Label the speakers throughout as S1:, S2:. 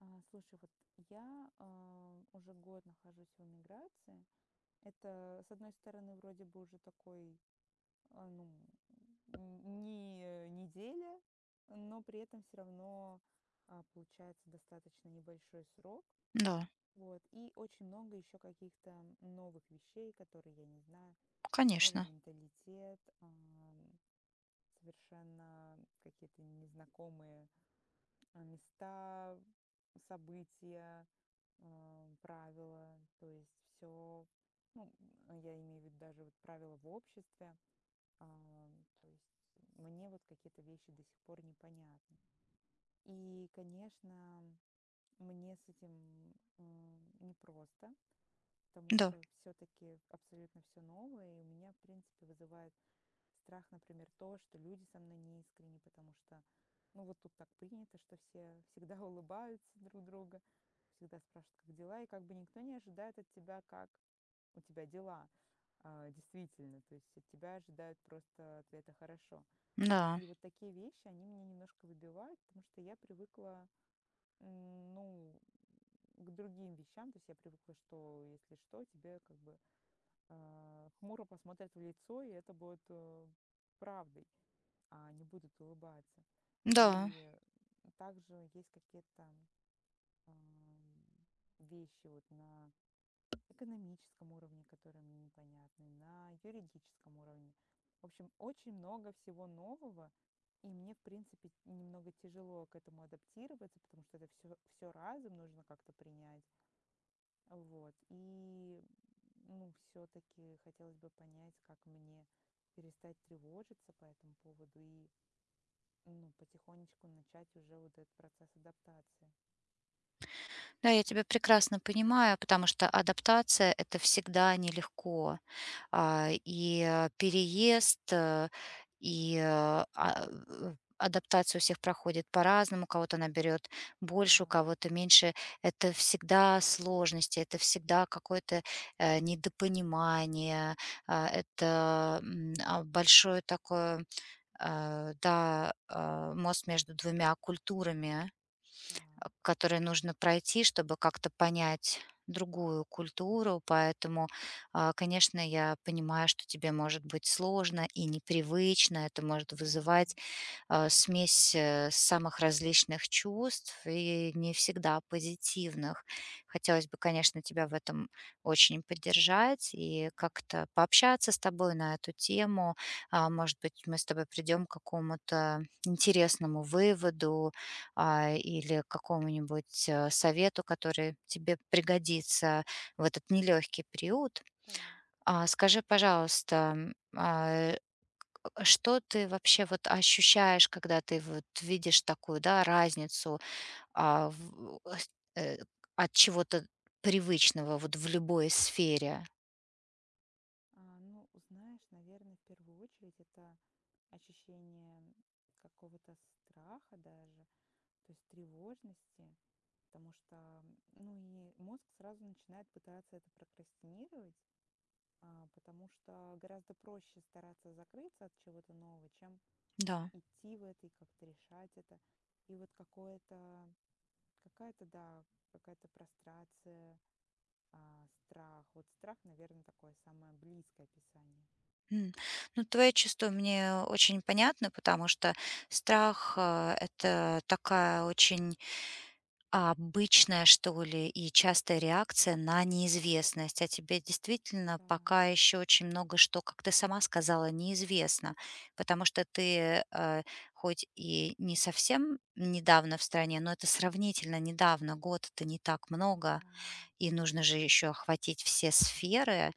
S1: Слушай, вот я уже год нахожусь в эмиграции. Это, с одной стороны, вроде бы уже такой, а, ну, не неделя, но при этом все равно получается достаточно небольшой срок.
S2: Да,
S1: Вот. И очень много еще каких-то новых вещей, которые я не знаю, новый
S2: конечно.
S1: менталитет, совершенно какие-то незнакомые места, события, правила, то есть все, ну, я имею в виду даже вот правила в обществе, а, то есть мне вот какие-то вещи до сих пор непонятны. И, конечно, мне с этим непросто, потому
S2: Да,
S1: что все-таки абсолютно все новое, и у меня, в принципе, вызывает страх, например, то, что люди со мной не искренни, потому что, ну, вот тут так принято, что все всегда улыбаются друг друга, всегда спрашивают, как дела, и как бы никто не ожидает от тебя, как у тебя дела действительно, то есть от тебя ожидают просто ответа «хорошо».
S2: да,
S1: И вот такие вещи, они меня немножко выбивают, потому что я привыкла, ну, к другим вещам, то есть я привыкла, что если что, тебе как бы хмуро посмотрят в лицо, и это будет правдой, а не будут улыбаться.
S2: да.
S1: И также есть какие-то вещи вот на экономическом уровне, которые мне непонятны, на юридическом уровне. В общем, очень много всего нового, и мне, в принципе, немного тяжело к этому адаптироваться, потому что это все, все разом нужно как-то принять. Вот. И, ну, все-таки хотелось бы понять, как мне перестать тревожиться по этому поводу и, ну, потихонечку начать уже вот этот процесс адаптации.
S2: Да, я тебя прекрасно понимаю, потому что адаптация — это всегда нелегко. Переезд, и, э, а, адаптация у всех проходит по-разному. У кого-то она берет больше, у
S1: Так,
S2: кого-то меньше. Это всегда сложности, это всегда какое-то, недопонимание, это, большое такое, да, мост между двумя культурами,
S1: так,
S2: которые нужно пройти, чтобы как-то понять другую культуру. Поэтому, конечно, я понимаю, что тебе может быть сложно и непривычно, это может
S1: да.
S2: вызывать смесь самых различных чувств и не всегда позитивных. Хотелось бы, конечно, тебя в этом очень поддержать и
S1: Спасибо.
S2: как-то пообщаться с тобой на эту тему. Может быть, мы с тобой придем к какому-то интересному выводу, или к какому-нибудь совету, который тебе пригодится в этот нелегкий период.
S1: Так.
S2: Скажи, пожалуйста, а, что ты вообще вот ощущаешь, когда ты вот видишь такую, да, разницу, а, в э, с э, от чего-то привычного вот в любой сфере?
S1: Ну, знаешь, наверное, в первую очередь это ощущение какого-то страха даже, то есть тревожности, потому что, ну, и мозг сразу начинает пытаться это прокрастинировать, потому что гораздо проще стараться закрыться от чего-то нового, чем
S2: Да,
S1: идти в это и как-то решать это. И вот какое-то, какая-то, да, какая-то прострация, страх. Вот страх, наверное, такое самое близкое описание.
S2: м. Ну, твои чувства мне очень понятны, потому что страх, это такая очень обычная, что ли, и частая реакция на неизвестность, а тебе действительно
S1: Да,
S2: пока еще очень много что, как ты сама сказала, неизвестно, потому что ты хоть и не совсем недавно в стране, но это сравнительно недавно, год — это не так
S1: да,
S2: много, и нужно же еще охватить все сферы,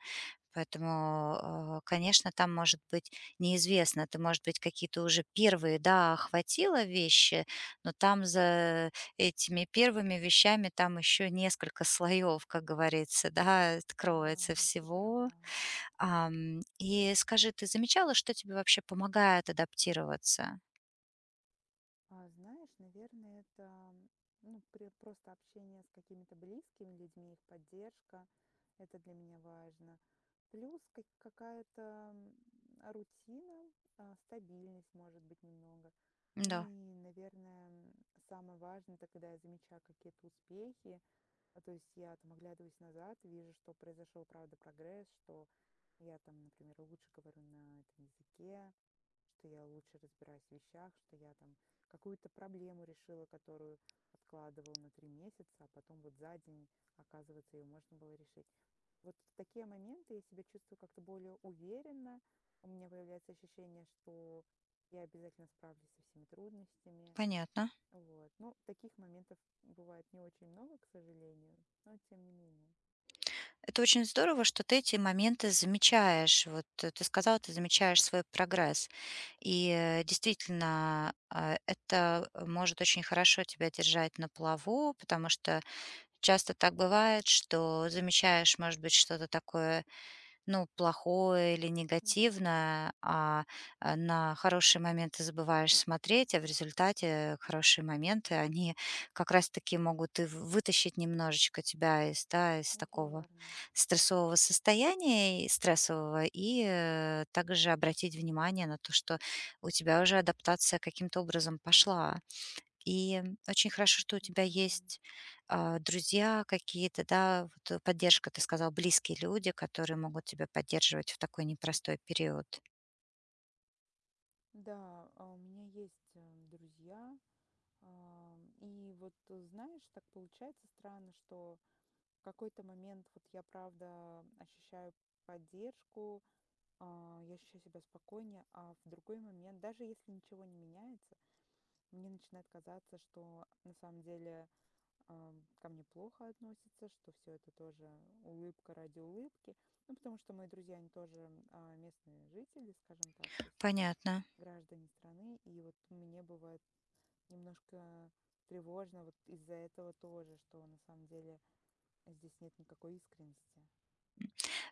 S2: поэтому, конечно, там может быть неизвестно. Ты, может быть, какие-то уже первые, да, охватила вещи, но там за этими первыми вещами там еще несколько слоев, как говорится, да, откроется
S1: да, ты
S2: всего.
S1: права.
S2: И скажи, ты замечала, что тебе вообще помогает адаптироваться?
S1: Знаешь, наверное, это, ну, просто общение с какими-то близкими людьми, их поддержка. Это для меня важно. Плюс какая-то м, рутина, стабильность, может быть, немного. Ну
S2: Да,
S1: и, наверное, самое важное, это когда я замечаю какие-то успехи, то есть я там оглядываюсь назад, вижу, что произошел, правда, прогресс, что я там, например, лучше говорю на этом языке, что я лучше разбираюсь в вещах, что я там какую-то проблему решила, которую откладывала на три месяца, а потом вот за день, оказывается, ее можно было решить. Вот в такие моменты я себя чувствую как-то более уверенно, у меня появляется ощущение, что я обязательно справлюсь со всеми трудностями.
S2: понятно.
S1: Вот. Но таких моментов бывает не очень много, к сожалению, но тем не менее.
S2: Это очень здорово, что ты эти моменты замечаешь. Вот ты сказала, ты замечаешь свой прогресс. Действительно, это может очень хорошо тебя держать на плаву, потому что часто так бывает, что замечаешь, может быть, что-то такое, ну, плохое или
S1: Да,
S2: негативное, а на хорошие моменты забываешь смотреть, а в результате хорошие моменты, они как раз-таки могут и в- вытащить немножечко тебя из, да, из такого
S1: верно.
S2: стрессового состояния, и стрессового, и также обратить внимание на то, что у тебя уже адаптация каким-то образом пошла, и очень хорошо, что у тебя
S1: Да.
S2: есть друзья какие-то, да, вот поддержка, ты сказал, близкие люди, которые могут тебя поддерживать в такой непростой период.
S1: Да, а у меня есть друзья. А, И вот, знаешь, так получается странно, что в какой-то момент вот я правда ощущаю поддержку, я ощущаю себя спокойнее, а в другой момент, даже если ничего не меняется, мне начинает казаться, что на самом деле ко мне плохо относятся, что все это тоже улыбка ради улыбки. Ну, потому что мои друзья, они тоже местные жители, скажем так, то есть
S2: Понятно.
S1: граждане страны, и вот мне бывает немножко тревожно вот из-за этого тоже, что на самом деле здесь нет никакой искренности.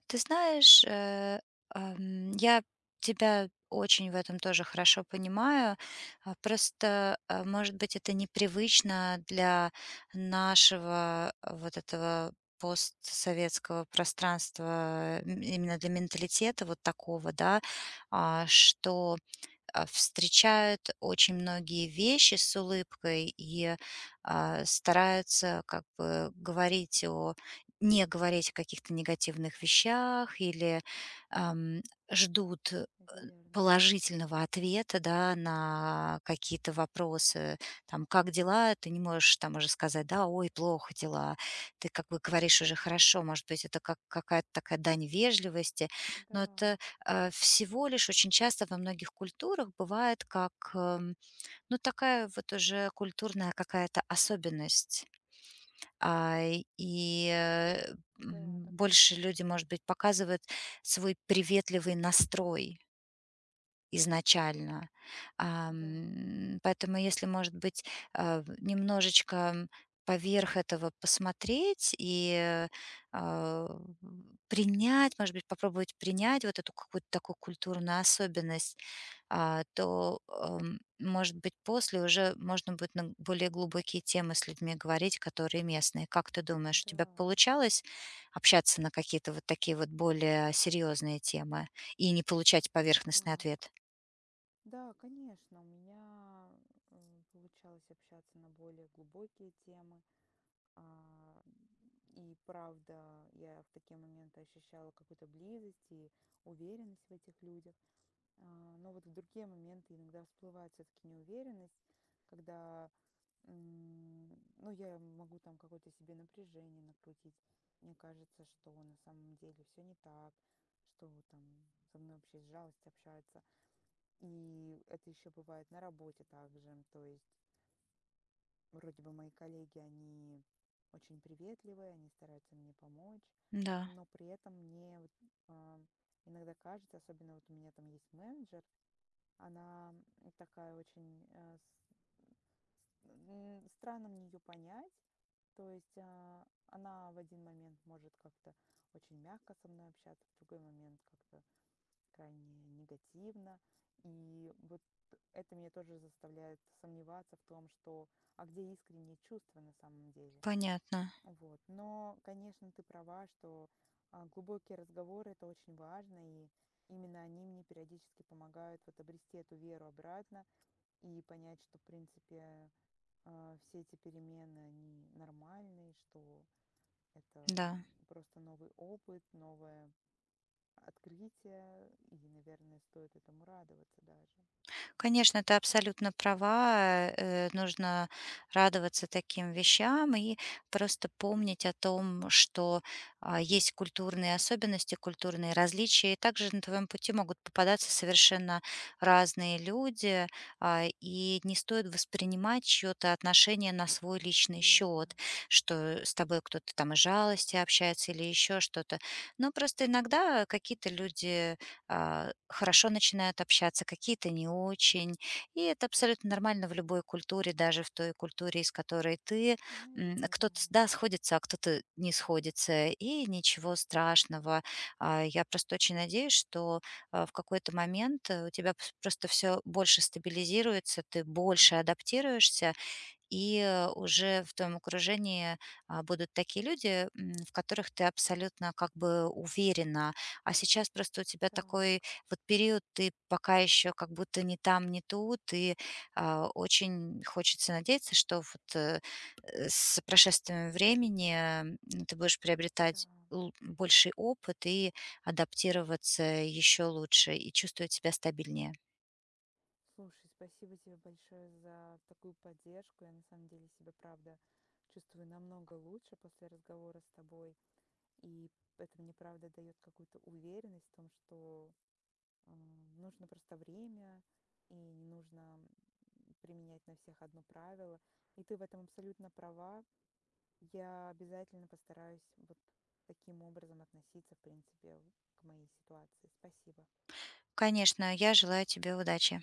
S2: Ты знаешь, я тебя очень в этом тоже хорошо понимаю. Просто, может быть, это непривычно для нашего, вот этого постсоветского пространства,
S1: Да,
S2: именно для менталитета вот такого, да, что встречают очень многие вещи с улыбкой и, стараются как бы говорить о не говорить о каких-то негативных вещах или, ам, ждут
S1: верно.
S2: положительного ответа, да, на какие-то вопросы, там: "Как дела?" Ты не можешь там уже сказать: "Да, ой, плохо дела". Ты как бы говоришь уже: "Хорошо". Может быть, это как какая-то такая дань вежливости,
S1: Да,
S2: но это всего лишь очень часто во многих культурах бывает как, ну, такая вот уже культурная какая-то особенность. А, и э,
S1: да, так и
S2: Больше
S1: есть.
S2: люди, может быть, показывают свой приветливый настрой изначально.
S1: Да,
S2: Поэтому если, может быть, немножечко поверх этого посмотреть и, а, принять, может быть, попробовать принять вот эту какую-то такую культурную особенность, то, может быть, после уже можно будет на более глубокие темы с людьми говорить, которые местные. Как ты думаешь, у тебя
S1: да,
S2: получалось общаться на какие-то вот такие вот более серьезные темы и не получать поверхностный
S1: так.
S2: ответ?
S1: Да, конечно, у меня получалось общаться на более глубокие темы. а, И правда, я в такие моменты ощущала какую-то близость и уверенность в этих людях. Но вот в другие моменты иногда всплывает все-таки неуверенность, когда, ну, я могу там какое-то себе напряжение накрутить. Мне кажется, что на самом деле все не так, что там со мной вообще с жалостью общаются. И это еще бывает на работе также. То есть вроде бы мои коллеги, они очень приветливые, они стараются мне помочь,
S2: Да,
S1: но при этом мне вот, а, иногда кажется, особенно вот у меня там есть менеджер, она такая очень... странно мне ее понять. То есть она в один момент может как-то очень мягко со мной общаться, в другой момент как-то крайне негативно. И вот это меня тоже заставляет сомневаться в том, что где искренние чувства на самом деле.
S2: понятно.
S1: Вот. Но, конечно, ты права, что глубокие разговоры это очень важно, и именно они мне периодически помогают вот обрести эту веру обратно и понять, что, в принципе, все эти перемены, они нормальные, что это
S2: Да.
S1: просто новый опыт, новое открытие, и, наверное, стоит этому радоваться даже.
S2: Конечно, ты абсолютно права. Э, нужно радоваться таким вещам и просто помнить о том, что есть культурные особенности, культурные различия. И также на твоем пути могут попадаться совершенно разные люди, и не стоит воспринимать чье-то отношение на свой личный
S1: Верно.
S2: счет, что с тобой кто-то там из жалости общается или еще что-то. Но просто иногда какие-то люди хорошо начинают общаться, какие-то не очень. И это абсолютно нормально в любой культуре, даже в той культуре, из которой ты. М.
S1: Наверное.
S2: Кто-то, с- да, сходится, а кто-то не сходится. И ничего страшного. Я просто очень надеюсь, что в какой-то момент у тебя пс- просто все больше стабилизируется, ты больше адаптируешься, и уже в твоем окружении будут такие люди, в которых ты абсолютно как бы уверена. А сейчас просто у тебя
S1: Так,
S2: такой вот период, ты пока еще как будто не там, не тут, и, очень хочется надеяться, что вот с прошествием времени ты будешь
S1: да.
S2: приобретать л- больший опыт и адаптироваться еще лучше и чувствовать себя стабильнее.
S1: Слушай, спасибо тебе большое за такую поддержку. Я на самом деле себя, правда, чувствую намного лучше после разговора с тобой. И это мне, правда, дает какую-то уверенность в том, что нужно просто время, и не нужно применять на всех одно правило. И ты в этом абсолютно права. Я обязательно постараюсь вот таким образом относиться, в принципе, к моей ситуации. Спасибо.
S2: Конечно, я желаю тебе удачи.